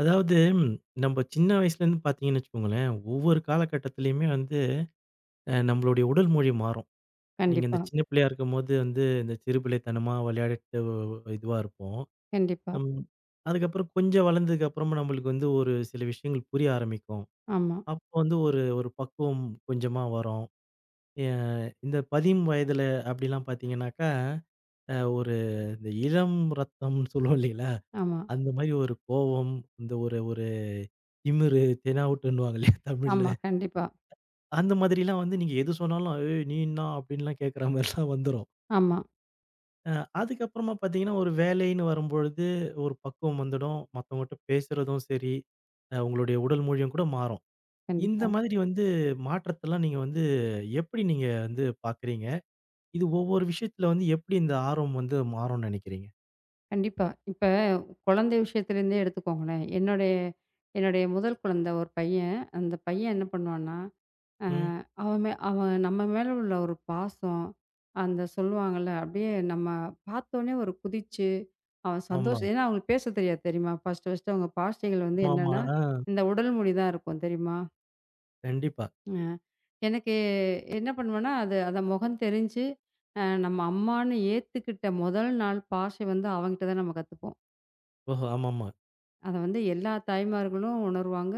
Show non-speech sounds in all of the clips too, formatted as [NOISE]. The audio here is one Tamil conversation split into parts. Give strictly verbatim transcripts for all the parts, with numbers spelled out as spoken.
அதாவது, ம், நம்ம சின்ன வயசுலேருந்து பார்த்தீங்கன்னு வச்சுக்கோங்களேன், ஒவ்வொரு காலகட்டத்திலயுமே வந்து அ நம்மளுடைய உடல் மொழி மாறும். நீங்க இந்த கண்டிப்பா, சின்ன பிள்ளையா இருக்கும்போது வந்து இந்த சிறுபிள்ளைத்தனமா விளையாடிட்டு ஒ- இதுவா இருப்போம். கண்டிப்பா. ம். அதுக்கப்புறம் கொஞ்சம் வளர்ந்ததுக்கு அப்புறமா நம்மளுக்கு வந்து ஒரு சில விஷயங்கள் புரிய ஆரம்பிக்கும். ஆமா, அப்போ வந்து ஒரு ஒரு பக்குவம் கொஞ்சமா வரும். எ இந்த பத்து வயதில அப்படிலாம் பார்த்தீங்கன்னாக்கா, அ ஒரு இந்த இளம் ரத்தம்னு சொல்லுவோம் இல்லைங்களா? ஆமா, அந்த மாரி ஒரு கோவம், இந்த ஒரு ஒரு திமிரு, தெனாவுட்டுன்னுவாங்க இல்லையா தமிழ்ல. ஆமா. கண்டிப்பா. அந்த மாதிரிலாம் வந்து நீங்க எது சொன்னாலும், "ஏய் நீ என்னா?" அப்படின்லாம் கேட்கற மாரிலாம் வந்துரும். ஆமா. அ அதுக்கப்புறமா பார்த்தீங்கன்னா, ஒரு வேலைன்னு வரும்பொழுது ஒரு பக்குவம் வந்துடும். மத்தவங்கட்ட பேசுறதும் சரி, அ உங்களுடைய உடல் மொழியும் கூட மாறும். இந்த கண்டிப்பா, மாதிரி வந்து மாற்றத்தெல்லாம் நீங்க வந்து எப்படி நீங்க வந்து பார்க்குறீங்க? இது ஒவ்வொரு விஷயத்துல வந்து எப்படி இந்த ஆர்வம் வந்து மாறும்னு நினைக்கிறீங்க? கண்டிப்பா. இப்ப குழந்தை விஷயத்துலேருந்தே எடுத்துக்கோங்களேன். என்னுடைய என்னுடைய முதல் குழந்த ஒரு பையன். அந்த பையன் என்ன பண்ணுவான்னா, அ ம். அவன் மே அவன் நம்ம மேல உள்ள ஒரு பாசம், அந்த சொல்லுவாங்கல்ல, அப்படியே நம்ம பார்த்தோனே ஒரு குதிச்சு, அவன் ஆமா. சந்தோஷம். ஏன்னா அவங்களுக்கு பேச தெரியாது தெரியுமா? ஃபர்ஸ்ட்டு, ஃபர்ஸ்ட்டு அவங்க பாஷைகள் வந்து ஆமாமா. என்னன்னா, ஆ. இந்த உடல் மொழி தான் இருக்கும் தெரியுமா? கண்டிப்பா. அ எனக்கு என்ன பண்ணுவேன்னா, அது அத முகம் தெரிஞ்சு, அ நம்ம அம்மான்னு ஏத்துக்கிட்ட முதல் நாள் பாஷை வந்து அவங்கிட்ட தான் நம்ம கத்துப்போம். ஓஹோ! ஆமாமா. அத வந்து எல்லா தாய்மார்களும் உணருவாங்க.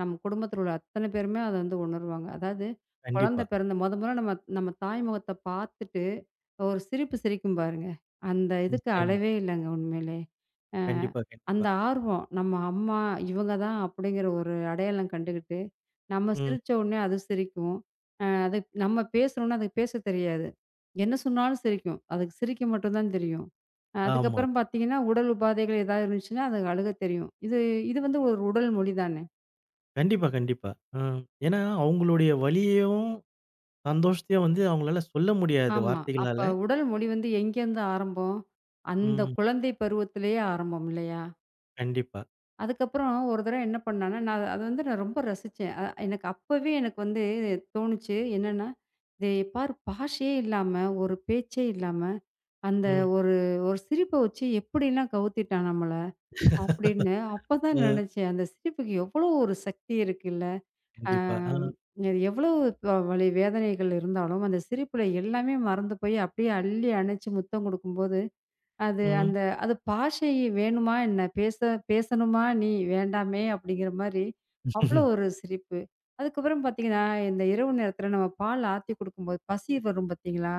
நம்ம குடும்பத்தில உள்ள அத்தன பேருமே அத வந்து உணருவாங்க. அதாவது குழந்தை கண்டிப்பா. பிறந்த மொத மொதல்ல நம்ம நம்ம தாய் முகத்த பார்த்துட்டு, ஒரு சிரிப்பு சிரிக்கும் பாருங்க. அந்த இதுக்கு நிச்சயமா. அளவே இல்லங்க உண்மையிலே. அ கண்டிப்பா, கண்டிப்பா. அந்த ஆர்வம் நம்ம அம்மா இவங்க தான் அப்படிங்கிற ஒரு அடையாளம் கண்டுகிட்டு, நம்ம ம். சிரிச்ச உடனே அது சிரிக்கும். அ அது நம்ம பேசுனோம்னா அதுக்கு பேச தெரியாது. என்ன சொன்னாலும் சிரிக்கும். அதுக்கு சிரிக்க மட்டும் தான் தெரியும். ஆமா. அதுக்கப்புறம் பார்த்தீங்கன்னா, உடல் உபாதைகள் ஏதாவது இருந்துச்சுன்னா, அது அழுக தெரியும். இது இது வந்து ஒரு உடல் மொழி தானே! கண்டிப்பா, கண்டிப்பா. ம். ஏன்னா, அவங்களுடைய வலியையும், சந்தோஷத்தையும் வந்து அவங்களால சொல்ல முடியாது ஆமா. வார்த்தைகளால. அப்ப உடல் மொழி வந்து எங்கேருந்து ஆரம்பம்? அந்த ம். குழந்தை பருவத்திலேயே ஆரம்பம் இல்லயா! கண்டிப்பா. அதுக்கப்புறம் ஒரு தடவ என்ன பண்ணேன்னா, நான் அத வந்து நான் ரொம்ப ரசிச்சேன். அ எனக்கு அப்பவே எனக்கு வந்து தோணுச்சு. என்னன்னா, "இத பாரு, பாஷையே இல்லாம, ஒரு பேச்சே இல்லாம, அந்த ம். ஒரு ஒரு சிரிப்ப வச்சு எப்படிலாம் கவுத்திட்டான் நம்மள!" அப்படின்னு அப்பதான் அ நினைச்சேன். அந்த சிரிப்புக்கு எவ்வளோ ஒரு சக்தி இருக்குல்ல! கண்டிப்பா. ஆ. ஆம். அது எவ்வளவு ப வலி வேதனைகள் இருந்தாலும், அந்த சிரிப்புல எல்லாமே மறந்து போய் அப்படியே அள்ளி அணைச்சு முத்தம் குடுக்கும்போது, அது ம். அந்த அது பாஷை வேணுமா என்ன? பேச பேசணுமா நீ? வேண்டாமே! அப்படிங்கிற மாரி அவ்வளோ [LAUGHS] ஒரு சிரிப்பு. அதுக்கப்புறம் பார்த்தீங்கன்னா, இந்த இரவு நேரத்தில நம்ம பால் ஆத்தி குடுக்கும்போது பசி வரும் பார்த்தீங்களா?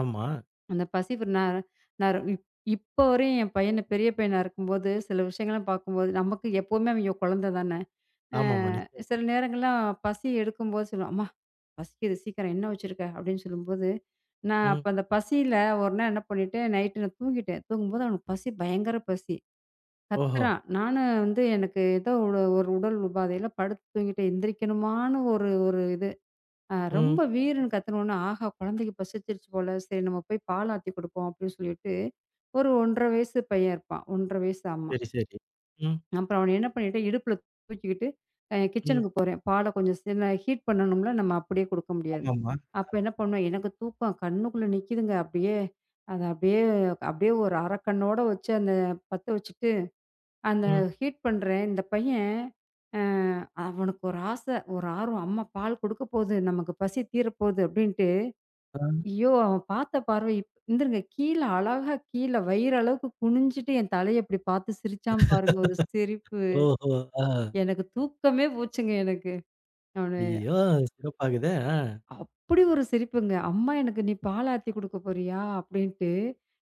ஆமா. அந்த பசி வரு நான் நான் இப் இப்போ வரையும் என் பையன பெரிய பையனா இருக்கும்போது, சில விஷயங்கள்லாம் பார்க்கும்போது நமக்கு எப்பவுமே அவிங்க குழந்த தானே! அ ஆமாமா. நிச்சயமா. சில நேரங்கள்லாம் பசி எடுக்கும்போது சொல்லுவான், "பசிக்குது, சீக்கிரம் என்ன வச்சிருக்க?" அப்படின்னு சொல்லும்போது, நான் ம். அப்ப அந்த பசியில ஒரு நாள் என்ன பண்ணிட்டேன், நைட்டு நான் தூங்கிட்டேன். தூங்கும்போது அவனுக்கு பசி, பயங்கர பசி. ஓஹோ! கத்துறான். நானும் வந்து எனக்கு ஏதோ ஒரு ஒரு உடல் உபாதையில படுத்து தூங்கிட்டேன். எந்திரிக்கணுமான்னு ஒரு ஒரு இது. அ ம். ரொம்ப வீருன்னு கத்துனோனே, ஆஹா! குழந்தைக்கு பசிச்சிருச்சு போல. சரி, நம்ம போய் பால் ஆத்தி குடுப்போம் அப்படின்னு சொல்லிட்டு, ஒரு ஒன்னரை வயசு பையன் இருப்பான். ஒன்னரை வயசு, ஆமா. சரி, சரி. ம். அப்புறம் அவன என்ன பண்ணிட்டேன், இடுப்புல தூக்கிக்கிட்டு அ ம். கிச்சனுக்கு போறேன். பால கொஞ்சம் சின்ன ஹீட் பண்ணணும்ல, நம்ம அப்படியே குடுக்க முடியாது. அப்ப என்ன பண்ணுவேன், எனக்கு தூக்கம் கண்ணுக்குள்ள நிக்குதுங்க. அப்படியே அத அப்படியே அப்படியே ஒரு அரக்கண்ணோட வச்சு அந்த பத்த வச்சுட்டு, அந்த ம். ஹீட் பண்றேன். இந்த பையன் அ அவனுக்கு ஒரு ஆசை, ஒரு ஆர்வம். அம்மா பால் குடுக்க போகுது, நமக்கு பசி தீரப்போகுது அப்படின்ட்டு, ஆ. ஐயோ! அவன் பார்த்த பார்வை, இப் இந்திருங்க, கீழ அழகா கீழ வயிறு அளவுக்கு குனிஞ்சுட்டு என் தலைய இப்படி பார்த்து சிரிச்சான் பாருங்க, ஒரு சிரிப்பு. ஓஹோ! ஆ. எனக்கு தூக்கமே போச்சுங்க, எனக்கு. நானு ஐயய்யோ! சிறப்பாகுதே! ஆ. அப்படி ஒரு சிரிப்புங்க. "அம்மா, எனக்கு நீ பால் ஆத்தி குடுக்க போறியா?" அப்படின்ட்டு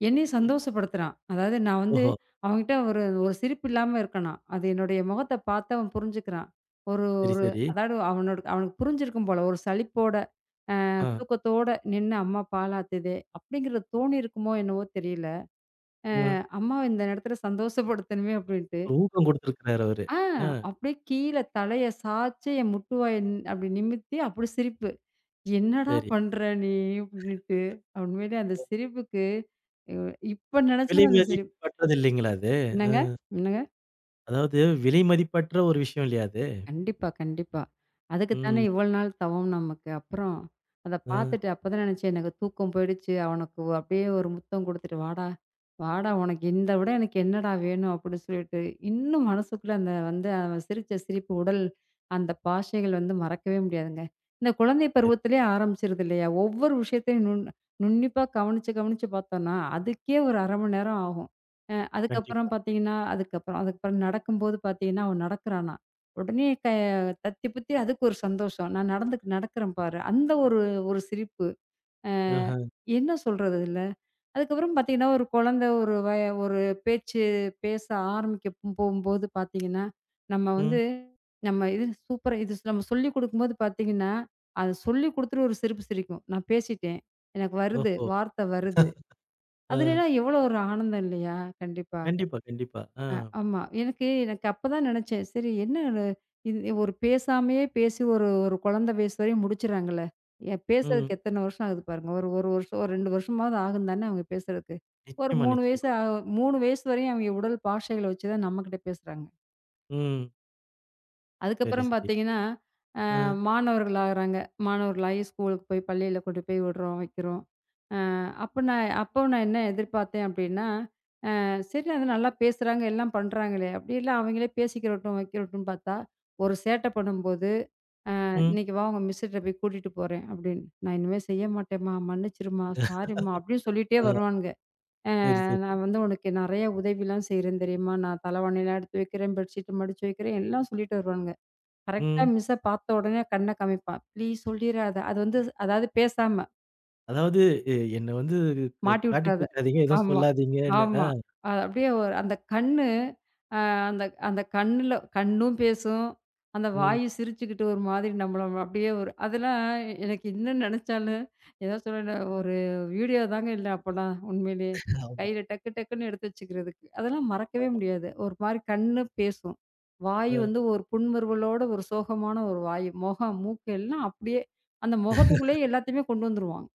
என்னையும் ம். சந்தோஷப்படுத்துறான். அதாவது நான் வந்து ஓஹோ! அவன்கிட்ட ஒரு ஒரு சிரிப்பு இல்லாம இருக்கனா, அது என்னுடைய முகத்த பார்த்து அவன் புரிஞ்சுக்கிறான். ஒரு சரி, ஒரு சரி. அதாவது அவனோட, அவனுக்கு புரிஞ்சிருக்கும் போல. ஒரு சலிப்போட, அ ஆ. தூக்கத்தோட நின்னு அம்மா பால் ஆத்துதே அப்படிங்கிறது தோணியிருக்குமோ என்னவோ தெரியல. ஆ. அம்மாவ இந்த நேரத்தில சந்தோஷப்படுத்தணுமே அப்படின்ட்டு. ஒரு ஊக்கம் குடுத்திருக்கிறாரு அவரு. ஆ ஆ. அப்படியே கீழ தலைய சாய்ச்சு, என் முட்டுவாய நி- அப்படி நிமித்தி, அப்படி சிரிப்பு. "என்னடா சரி. பண்ற நீ?" அப்படின்ட்டு. உண்மையிலே அந்த சிரிப்புக்கு, அ இப்ப விலை நெனச்சாலும் அந்த சிரிப்பு. மதிப்பற்றது இல்லைங்களா அது? என்னங்க? என்னங்க? அதாவது, விலை மதிப்பற்ற ஒரு விஷயம் இல்லையா அது? கண்டிப்பா, கண்டிப்பா. அதுக்கு தானே ம். இவ்வளோ நாள் தவம் நமக்கு. அப்புறம் அத ஆ பார்த்துட்டு அப்பதான் நினைச்சேன், எனக்கு தூக்கம் போயிடுச்சு. அவனுக்கு ஒ- அப்படியே ஒரு முத்தம் குடுத்துட்டு, "வாடா, வாடா, உனக்கு இந்த விட எனக்கு என்னடா வேணும்?" அப்படின்னு சொல்லிட்டு, இன்னும் மனசுக்குள்ள அந்த வந்து அவன் சிரிச்ச சிரிப்பு, உடல் அந்த பாஷைகள் வந்து மறக்கவே முடியாதுங்க. இந்த குழந்தை சரி. பருவத்திலேயே ஆரம்பிச்சிருது இல்லையா? ஒவ்வொரு விஷயத்தையும் நுண் நுண்ணிப்பா கவனிச்சு, கவனிச்சு பார்த்தோம்னா, அதுக்கே ஒரு அரை மணி நேரம் ஆகும். அ அதுக்கப்புறம் கண்டிப்பா. பார்த்தீங்கன்னா, அதுக்கப்புறம் அதுக்கப்புறம் நடக்கும்போது பார்த்தீங்கன்னா, அவன் நடக்கிறானா? உடனே க தத்தி புத்தி அதுக்கு ஒரு சந்தோஷம். நான் நடந்துக்கு நடக்கிறேன் பாரு. அந்த ஒரு ஒரு சிரிப்பு. அ ஆஹ. என்ன சொல்றது இதுல? அதுக்கப்புறம் பார்த்தீங்கன்னா, ஒரு குழந்தை ஒரு வய ஒரு பேச்சு பேச ஆரம்பிக்க போ- போகும்போது பார்த்தீங்கன்னா, நம்ம வந்து ம். நம்ம இது சூப்பரா, இது நம்ம சொல்லிக் குடுக்கும்போது பார்த்தீங்கன்னா, அது சொல்லிக் குடுத்துட்டு ஒரு சிரிப்பு சிரிக்கும். நான் பேசிட்டேன். எனக்கு வருது. ஓஹோ! வார்த்தை வருது. ஆ. அதுலலாம் எவ்வளோ ஒரு ஆனந்தம் இல்லையா? கண்டிப்பா. கண்டிப்பா, கண்டிப்பா. ஆ. அ ஆமா. எனக்கு எனக்கு அப்பதான் நெனச்சேன். சரி, என்ன இது, இது ஒரு பேசாமயே பேசி ஒரு ஒரு குழந்தை வயசு வரையும் முடிச்சுறாங்கல்ல. எ ம். பேசுறதுக்கு எத்தன வருஷம் ஆகுது பாருங்க. ஒரு 1 வருஷம், ஒரு ரெண்டு வருஷமாவது ஆகும் தானே அவங்க பேசுறதுக்கு. ஒரு நிச்சயமா, 3 வயசு நிச்சயமா. ஆ மூணு வயசு வரையும் அவங்க உடல் பாஷைகள வச்சு தான் நம்மகிட்ட பேசுறாங்க. ம். சரி, அதுக்கப்புறம் சரி. பார்த்தீங்கன்னா, அ ஆ. மாணவர்கள் ஆகுறாங்க. மாணவர்களாகி ஸ்கூலுக்கு போய், பள்ளியில கொண்டு போய் விடுறோம், வைக்கிறோம். அ அப்ப நான் அப்போ நான் என்ன எதிர்பார்த்தேன் அப்டின்னா, சரி அது நல்லா பேசுறாங்க, எல்லாம் பண்றாங்களே! அப்படிலாம் அவங்களே பேசிக்கிறட்டும், வைக்கிறட்டும்ன்னு பார்த்தா, ஒரு சேட்டை பண்ணும்போது, ம். "இன்னைக்கு வா, உங்க மிஸ்ஸுட்ட போய் கூட்டிட்டு போறேன்" அப்படின்னு. "நான் இனிமே செய்ய மாட்டேம்மா, மன்னிச்சிரும்மா, சாரிம்மா" அப்படின்னு சொல்லிட்டே ஆ. வருவானுங்க. "அ சரி, சரி. "நான் வந்து உனக்கு நெறைய உதவிலாம் செய்றேன் தெரியுமா? நான் தலவாணிலாம் எடுத்து வைக்கிறேன், பெட்ஷீட் மடிச்சு வைக்கிறேன்" எல்லாம் சொல்லிட்டு வருவானுங்க. கரெக்ட்டா ம். மிஸ்ஸ பார்த்த உடனே கண்ண காமிப்பான். "ப்ளீஸ் சொல்லிறாத", அது வந்து அதாவது பேசாம, அதாவது, எ என்ன வந்து க மாட்டி காட்டி விட்டுறாத. குடுக்காதீங்க, எதுவும் ஆமா, சொல்லாதீங்கன்னு. ஆ. ஆமா. அது அப்படியே ஒரு அந்த கண்ணு, அந்த அந்த கண்ணுல கண்ணும் பேசும். அந்த ம். வாயும் சிரிச்சுக்கிட்டு ஒரு மாதிரி நம்மள அப்படியே ஒரு அதெல்லாம். எனக்கு இன்னும் நினைச்சாலும் ஏதோ சொல்ல, ஒரு வீடியோ தாங்க இல்ல அப்பலாம் உண்மையிலேயே. ஆமா, கையில டக்கு டக்குன்னு எடுத்து வச்சுக்கிறதுக்கு. அதெல்லாம் மறக்கவே ஆமா. முடியாது. ஒரு மாரி கண்ணு பேசும். வாய் ஆ. வந்து ஒரு புன்முறுவலோட ஒரு சோகமான ஒரு வாய். முகம், மூக்கு எல்லாம் அப்படியே அந்த முகத்துக்குள்ளேயே எல்லாத்தையுமே கொண்டு வந்துருவாங்க.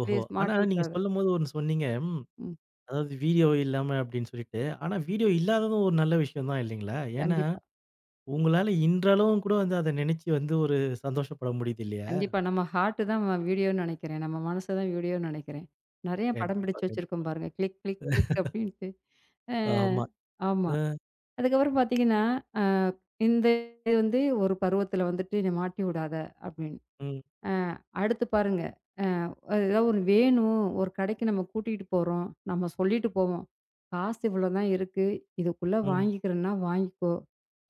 அப்படியே ஓஹோ! ஆனா மாட்டி நீங்க விட்டுறாத. சொல்லும்போது ஒண்ணு சொன்னீங்க. ம். ம். அதாவது வீடியோ இல்லாம அப்படின்னு சொல்லிட்டு. ஆனா வீடியோ இல்லாததும் ஒரு நல்ல விஷயம் தான் இல்லைங்களா? ஏன்னா கண்டிப்பா. உங்களால இன்றளவும் கூட வந்து அத நினைச்சு வந்து ஒரு சந்தோஷப்பட முடியுது இல்லையா? கண்டிப்பா. நம்ம ஹார்ட் தான் வீடியோன்னு நெனைக்கிறேன். நம்ம மனசு தான் வீடியோன்னு நெனைக்கிறேன். நெறைய படம் கண்டிப்பா, பிடிச்சு வச்சிருக்கோம் கண்டிப்பா. பாருங்க. கிளிக், கிளிக், கிளிக் அப்டின்ட்டு. அ ஆமா. ஆமா. அ, அதுக்கப்புறம் பார்த்தீங்கன்னா, அ இந்த இது வந்து ஒரு பருவத்தில வந்துட்டு "நீ மாட்டி விடாத" அப்டின்னு. ம், அ அடுத்து பாருங்க. அ ஏதாவது ஒண்ணு வேணும், ஒரு கடைக்கு நம்ம கூட்டிட்டு போறோம். நம்ம சொல்லிட்டு போவோம். "காசு இவ்வளோ தான் இருக்கு. இதுக்குள்ள ம். வாங்கிக்கிறன்னா வாங்கிக்கோ.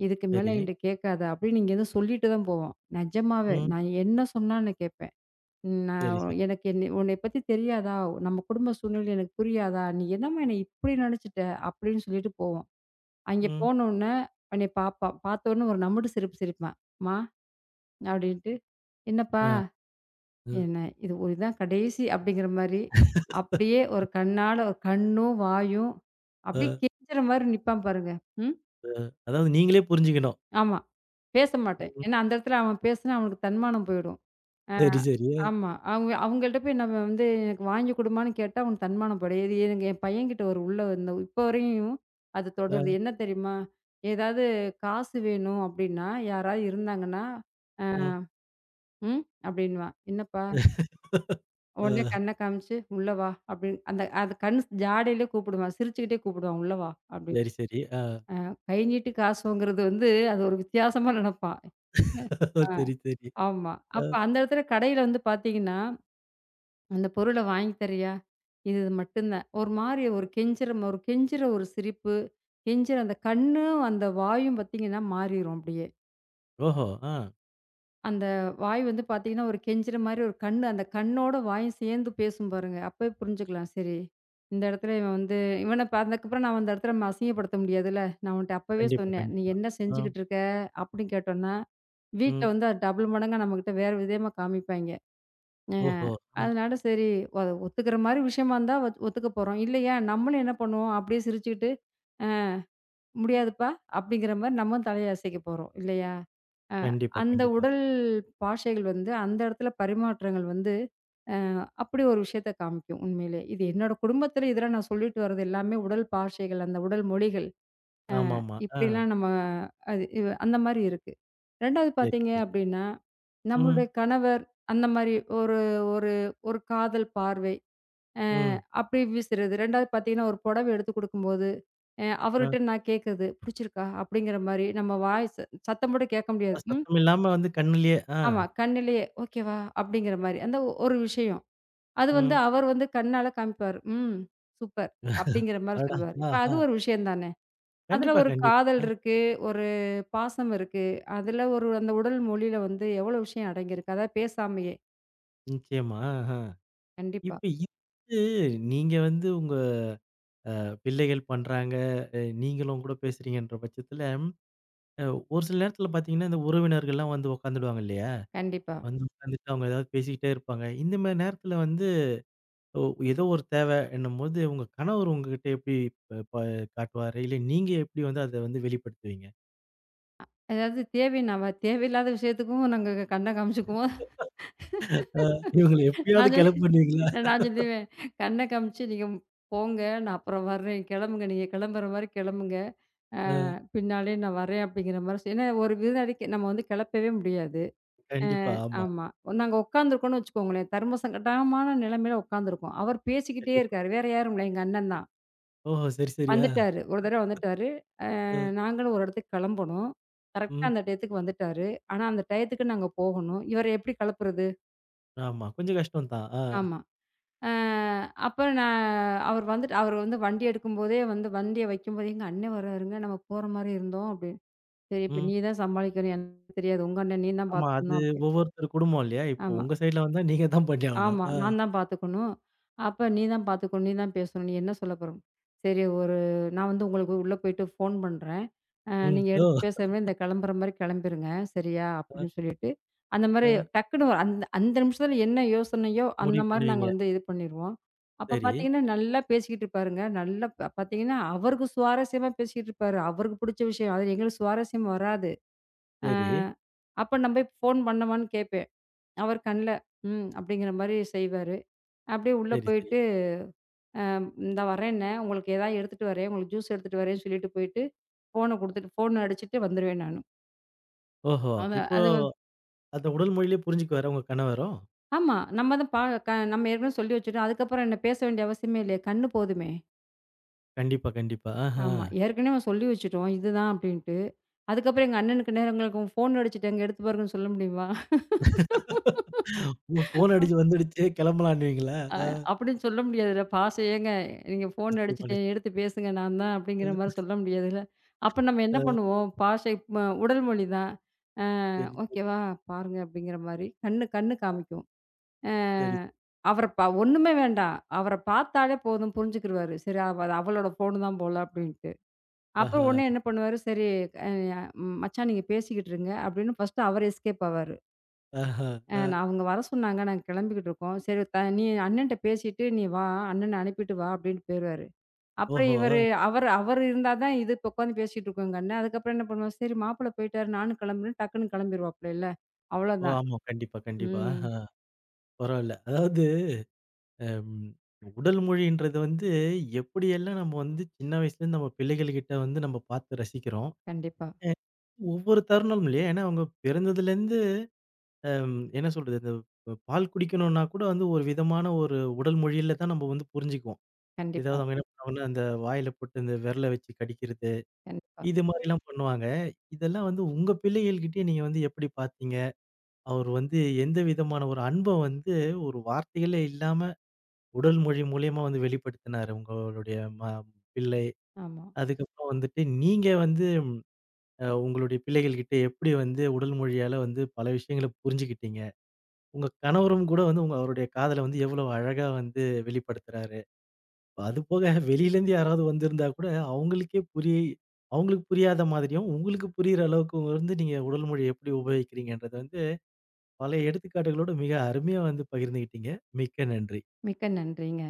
இதுக்கு மேல சரி. என்ட்ட கேட்காத" அப்டின்னு இங்கேருந்து சொல்லிட்டு தான் போவோம். நெஜமாவே ம். நான் என்ன சொன்னாலும் நான் கேட்பேன். நான் சரி, சரி. எனக்கு என்னை உன்னை பத்தி தெரியாதா? நம்ம குடும்ப சூழ்நிலை எனக்கு புரியாதா? நீ என்னம்மா என்னை இப்படி நெனச்சுட்ட? அப்படின்னு சொல்லிட்டு போவோம். அங்கே ம். போனோன்னே என்னைய பாப்பா. பார்த்தோன்னே ஒரு நமுடு சிரிப்பு சிரிப்பா. "அம்மா" அப்படின்ட்டு, "என்னப்பா?" அ, அ, என்ன இது ஒரு இதான் கடைசி அப்படிங்கிற மாரி, அப்படியே ஒரு கண்ணால ஒரு கண்ணும், வாயும் அப்படியே அ, கெஞ்சுற மாரி நிப்பான் பாருங்க. ம். அ. அதாவது நீங்களே புரிஞ்சுக்கணும். ஆமா. பேச மாட்டேன். ம். ஏன்னா அந்த இடத்துல அவன் பேசுனா அவனுக்கு தன்மானம் போயிடும். ஆ. சரி, சரி. ஆமா. அவங்க அவங்கள்ட்ட போய் நம்ம வந்து எனக்கு வாங்கி குடும்மான்னு கேட்டா, அவனுக்கு தன்மானப்படும். இது எனக்கு என் பையன்கிட்ட ஒரு உள்ள, இந்த இப்போ வரையும் அது அ, தொடருது. என்ன தெரியுமா? ஏதாவது காசு வேணும் அப்டின்னா, யாராவது இருந்தாங்கன்னா, அ ம். ம் அப்டின்னுவான். என்னப்பா? உடனே அ, கண்ண காமிச்சு, "உள்ள வா" அப்டின்னு, அந்த அது கண் ஜாடையிலே கூப்பிடுவான். சிரிச்சுக்கிட்டே கூப்பிடுவான். "உள்ள வா" அப்டின்னு. சரி, சரி. அ. கை நீட்டி காசு வாங்குறது வந்து, அது ஒரு வித்தியாசமா நெனப்பான். அ சரி, சரி. ஆமா. அப்ப அ. அந்த இடத்துல கடையில வந்து பார்த்தீங்கன்னா, அந்த பொருள வாங்கி தரியா? இது மட்டும் தான். ஒரு மாரி ஒரு கெஞ்சுற ஒரு கெஞ்சுற ஒரு சிரிப்பு, கெஞ்சுற அந்த கண்ணும், அந்த வாயும் பார்த்தீங்கன்னா மாறிரும் அப்படியே. ஓஹோ! ஆ. அந்த வாய் வந்து பார்த்தீங்கன்னா, ஒரு கெஞ்சுற மாரி, ஒரு கண்ணு, அந்த கண்ணோட வாயும் சேர்ந்து பேசும் பாருங்க. அப்பவே புரிஞ்சுக்கலாம். சரி, இந்த இடத்துல இவன் வந்து இவன இப்ப அதுக்கப்புறம் நான் அந்த இடத்துல நம்ம அசிங்கப்படுத்த முடியாதுல்ல. நான் உன்ட்ட அப்பவே கண்டிப்பா, சொன்னேன், "நீ கண்டிப்பா. என்ன அ, செஞ்சுகிட்டு இருக்க?" அப்படின்னு கேட்டோம்னா, வீட்ல ம். வந்து அது டபுள் மடங்கா நம்மகிட்ட வேற விதமா காமிப்பாய்ங்க. அ ஓஹோ! அ. அதனால சரி அது ஒத்துக்கிற மாரி விஷயமா இருந்தா ஒத் ஒத்துக்க போறோம். இல்லையா நம்மளும் என்ன பண்ணுவோம், அப்படியே சிரிச்சுக்கிட்டு, "அ "முடியாதுப்பா" அப்படிங்கிற மாரி நம்மளும் தலைய அசைக்க போறோம் இல்லையா? அ கண்டிப்பா, அந்த கண்டிப்பா. உடல் பாஷைகள் வந்து, அந்த இடத்துல பரிமாற்றங்கள் வந்து, அ அப்படி ஒரு விஷயத்த காமிக்கும் உண்மையிலே. இது என்னோட குடும்பத்தில இதெல்லாம் நான் சொல்லிட்டு வர்றது எல்லாமே உடல் பாஷைகள், அந்த உடல் மொழிகள். ஆமாமா. ஆ. இப்படிலாம் நம்ம அது இவ் அந்த மாரி இருக்கு. 2வது சரி, பார்த்தீங்க சரி. அப்படின்னா, நம்மளுடைய ம், கணவர் அந்த மாரி ஒரு ஒரு ஒரு காதல் பார்வை. அ ம். அப்படி வீசுறது. 2வது பார்த்தீங்கன்னா, ஒரு புடவ எடுத்து குடுக்கும்போது, அ அவர்ட்ட நான் கேட்கறது, "புடிச்சிருக்கா?" அப்படிங்கிற மாரி நம்ம வாய்ஸ் சத்தம் போட்டு கேட்க அ முடியாது. ம். சத்தம் இல்லாம வந்து கண்ணுலயே ஆ, ஆமா. கண்ணிலேயே, "ஓகேவா?" அப்படிங்கிற மாரி. அந்த ஒ- ஒரு விஷயம். அது வந்து ம். அவர் வந்து கண்ணால காமிப்பாரு. "ம். சூப்பர்." அப்படிங்கிற மாரி அடடா! சொல்லுவாரு. இப்ப அது ஆஹா. ஒரு விஷயம் தானே. அதுல கண்டிப்பா, ஒரு கண்டிப்பா. காதல் அ, இருக்கு, ஒரு பாசம் இருக்கு. அதுல ஒரு அந்த உடல் மொழியில வந்து எவ்வளோ விஷயம் அடங்கியிருக்கு. அதாவது பேசாமயே. நிச்சயமா. ஆஹா. கண்டிப்பா, இப்ப இது நீங்க வந்து உங்க பிள்ளைகள் பண்றாங்க. அ நீங்களும் உங்க கூட பேசுறீங்கன்ற பட்சத்துல, அ ஒரு சில நேரத்துல பாத்தீங்கன்னா, இந்த உறவினர்கள்லாம் வந்து உக்காந்துடுவாங்க இல்லையா? கண்டிப்பா. வந்து உக்காந்துட்டு அவங்க ஏதாவது பேசிக்கிட்டே இருப்பாங்க. இந்த மாரி நேரத்துல வந்து ஒ ஏதோ ஒரு தேவ என்னும்போது, உங்க கணவர் உங்ககிட்ட எப்படி ப ப காட்டுவாரு? இல்ல நீங்க எப்படி வந்து அத வந்து வெளிப்படுத்துவீங்க? அதாவது தேவைன்னா தேவையில்லாத விஷயத்துக்கும் நாங்க கண்ண காமிச்சுக்குவோம். இவங்கள எப்படியாவது நான் சொல் கெளப்புவீங்களா? நான் சொல்லுவேன், கண்ண காமிச்சு, நீங்க போங்க, நான் அப்புறம் வர்றேன். கிளம்புங்க. நீங்க கிளம்புற மாரி கிளம்புங்க. அ அ. பின்னாலே நான் வரேன் அப்படிங்கிற மாரி சொ ஏன்னா ஒரு விருந்தாளிக்கு நம்ம வந்து கிளப்பவே முடியாது. அ கண்டிப்பா. ஆமா. ஆமா. நாங்க உட்காந்துருக்கோம்னு வச்சுக்கோங்களேன், தர்மசங்கடமான நிலைமையில உட்காந்துருக்கோம். அவர் பேசிக்கிட்டே கண்டிப்பா. இருக்காரு. வேற யாரும் இல்ல. எங்க அண்ணன் தான். ஓஹோ! சரி, சரியா? வந்துட்டாரு. ஒரு தடவ வந்துட்டாரு. அ அ, நாங்களும் ஒரு இடத்துக்கு கிளம்பணும். கரெக்ட்டா ம். அந்த டயத்துக்கு வந்துட்டாரு. ஆனா அந்த டயத்துக்கு நாங்க போகணும். இவர எப்படி கிளப்புறது? ஆமா. கொஞ்சம் கஷ்டம் தான். ஆ, ஆமா. அ அப்புறம் நான் அவர் வந்துட்டு அவர் வந்து வண்டி எடுக்கும்போதே வந்து வண்டிய வைக்கும்போதே, "எங்க அண்ணன் வராருங்க, நம்ம போற மாரி இருந்தோம்" அப்படின்னு. "சரி இப்ப ம். நீ தான் சமாளிக்கணும். எனக்கு தெரியாது. உங்க அண்ணன் நீ தான் ஆமா. அது பார்த்துக்கணும்" அப்படின்னு. ஒவ்வொருத்தர் குடும்பம் இல்லையா? இப்போ ஆமா. உங்க சைட்ல வந்தா நீங்க தான் பண்ணி ஆவணும். ஆமா. ஆ, நான் தான் பார்த்துக்கணும். அப்ப நீ தான் பார்த்துக்கணும். நீ தான் பேசணும். நீ என்ன சொல்ல போற? சரி ஒரு நான் வந்து உங்களுக்கு உள்ள போயிட்டு ஃபோன் பண்றேன். அ ம். நீங்க ஓ! எடுத்து பேசாமலே இந்த கிளம்புற மாரி கிளம்பிருங்க. சரியா? அ, அப்படின்னு சொல்லிட்டு, அந்த மாரி அ. டக்குனு அந்த அந்த நிமிஷத்துல என்ன யோசனையோ அந்த முடிவு மாரி நாங்க பண்ணுவீங்க. வந்து இது பண்ணிருவோம். அப்ப சரி, பார்த்தீங்கன்னா, நல்லா பேசிக்கிட்டு இருப்பாருங்க. நல்லா ப பார்த்தீங்கன்னா, அவருக்கு சுவாரஸ்யமா பேசிக்கிட்டு இருப்பாரு. அவருக்கு பிடிச்ச விஷயம். அது எங்களுக்கு சுவாரஸ்யம் வராது. அ சரி, அப்ப நான் போய் ஃபோன் பண்ணவான்னு கேட்பேன். அவர் கண்ல, ம். அப்படிங்கிற மாரி செய்வாரு. அப்படியே உள்ள சரி, சரி. போயிட்டு, "இந்தா வரேன்னே, உங்களுக்கு ஏதாவது எடுத்துட்டு வரேன். உங்களுக்கு ஜூஸ் எடுத்துட்டு வரேன்னு" சொல்லிட்டு போயிட்டு, ஃபோன குடுத்துட்டு ஃபோன் அடிச்சுட்டு வந்துருவேன் நானு. ஓஹோ! அவ இப்போ அது வந் அத உடல் மொழியிலே புரிஞ்சுக்குவாரா உங்க கணவரும்? ஆமா. நம்ம தான் பா க நம்ம ஏற்கனவே சொல்லி வச்சுட்டோம். அதுக்கப்புறம் என்ன பேச வேண்டிய அவசியமே இல்லையே. கண்ணு போதுமே. கண்டிப்பா, கண்டிப்பா. ஆஹா. ஆமா. ஏற்கனவே சொல்லி வச்சுட்டோம். இதுதான் அப்படின்ட்டு. அதுக்கப்புறம் எங்க அண்ணனுக்கு, நேரங்களுக்கு ஃபோன் அடிச்சுட்டேங்க, எடுத்து பாருங்கன்னு சொல்ல முடியுமா? ஓ! ஃபோன் அடிச்சு வந்துடுச்சு கிளம்பலான்னுவீங்களா? அ அப்படின்னு சொல்ல முடியாதுல்ல. பாசம் ஏங்க. நீங்க ஃபோன் நிச்சயமா, அடிச்சுட்டு நிச்சயமா. எடுத்து பேசுங்க நான் தான் அப்படிங்கிற அ, மாரி சொல்ல முடியாதுல்ல. அப்ப நம்ம என்ன அ. பண்ணுவோம், பாஷை ம உடல் மொழி தான். அ சரி, சரி, ஓகேவா பாருங்க அப்படிங்கிற மாரி கண்ணு கண்ணு காமிக்கும். அ சரி. அவர ப ஒண்ணுமே வேண்டாம். அவர பார்த்தாலே போதும் புரிஞ்சுக்கிருவாரு. சரி, அவ அது அவளோட ஃபோனு தான் போல அப்படின்ட்டு. அப்புறம் ஆஹா, உடனே என்ன பண்ணுவாரு, சரி அ மச்சான் நீங்க பேசிக்கிட்டு இருங்க அப்படின்னு ஃபர்ஸ்ட்டு அவரு எஸ்கேப் ஆவாரு. ஆஹா. அ அ. நான் அவங்க வர சொன்னாங்க. நாங்க கிளம்பிக்கிட்டு இருக்கோம். சரி த நீ அண்ணன்ட்ட பேசிட்டு நீ வா. அண்ணன அனுப்பிட்டு வா அப்டின்னு போயிருவாரு. அப்புறம் ஓஹோ! இவரு அ. அவரு அவரு இருந்தா தான், இது இப்ப உட்காந்து பேசிட்டு இருக்கோம் எங்க அண்ணன். அதுக்கப்புறம் என்ன பண்ணுவோம், சரி மாப்பிள போயிட்டாரு நானும் கிளம்புறேன் டக்குன்னு கிளம்பிருவாப்லல்ல. ஓ! அவ்வளோதான். ஆமா. கண்டிப்பா, கண்டிப்பா. ம். ஆஹா. பரவால்ல. அதாவது, அம் உடல் மொழின்றது வந்து எப்படியெல்லாம் நம்ம வந்து சின்ன வயசுலேருந்து நம்ம பிள்ளைகள்கிட்ட வந்து நம்ம பார்த்து ரசிக்கிறோம். கண்டிப்பா, அ ஒவ்வொரு தருணமும் இல்லையா? ஏன்னா அவங்க பிறந்ததுலேருந்து அம் என்ன சொல்றது? இந்த பால் குடிக்கணும்னா கூட வந்து ஒரு விதமான ஒரு உடல் மொழியில தான் நம்ம வந்து புரிஞ்சுக்குவோம். கண்டிப்பா, ஏதாவது அவங்க என்ன பண்ணுவாங்கன்னா, அந்த வாயில போட்டு இந்த விரல வச்சு கடிக்கிறது, கண்டிப்பா. இது மாரிலாம் பண்ணுவாங்க. இதெல்லாம் வந்து உங்க பிள்ளைகள்கிட்டயே நீங்க வந்து எப்படி பார்த்தீங்க? அவர் வந்து எந்த விதமான ஒரு அன்ப வந்து ஒரு வார்த்தைகளே இல்லாம உடல் மொழி மூலியமா வந்து வெளிப்படுத்தினாரு உங்களுடைய ம பிள்ளை. ஆமா. அதுக்கப்புறம் வந்துட்டு நீங்க வந்து அ உங்களுடைய பிள்ளைகள் கிட்ட எப்படி வந்து உடல் மொழியால வந்து பல விஷயங்கள புரிஞ்சுக்கிட்டீங்க? உங்க கணவரும் கூட வந்து உங்க அவருடைய காதல வந்து எவ்வளவு அழகா வந்து வெளிப்படுத்துறாரு. அதுபோக வெளியிலேருந்து யாராவது வந்திருந்தா கூட அவங்களுக்கே புரிய அவங்களுக்கு புரியாத மாதிரியும், உங்களுக்கு புரியிற அளவுக்கு வந்து நீங்க உடல் மொழிய எப்படி உபயோகிக்கிறீங்கன்றத வந்து பல எடுத்துக்காட்டுகளோட மிக அருமையா வந்து பகிர்ந்துகிட்டீங்க. மிக்க நன்றி. மிக்க நன்றிங்க.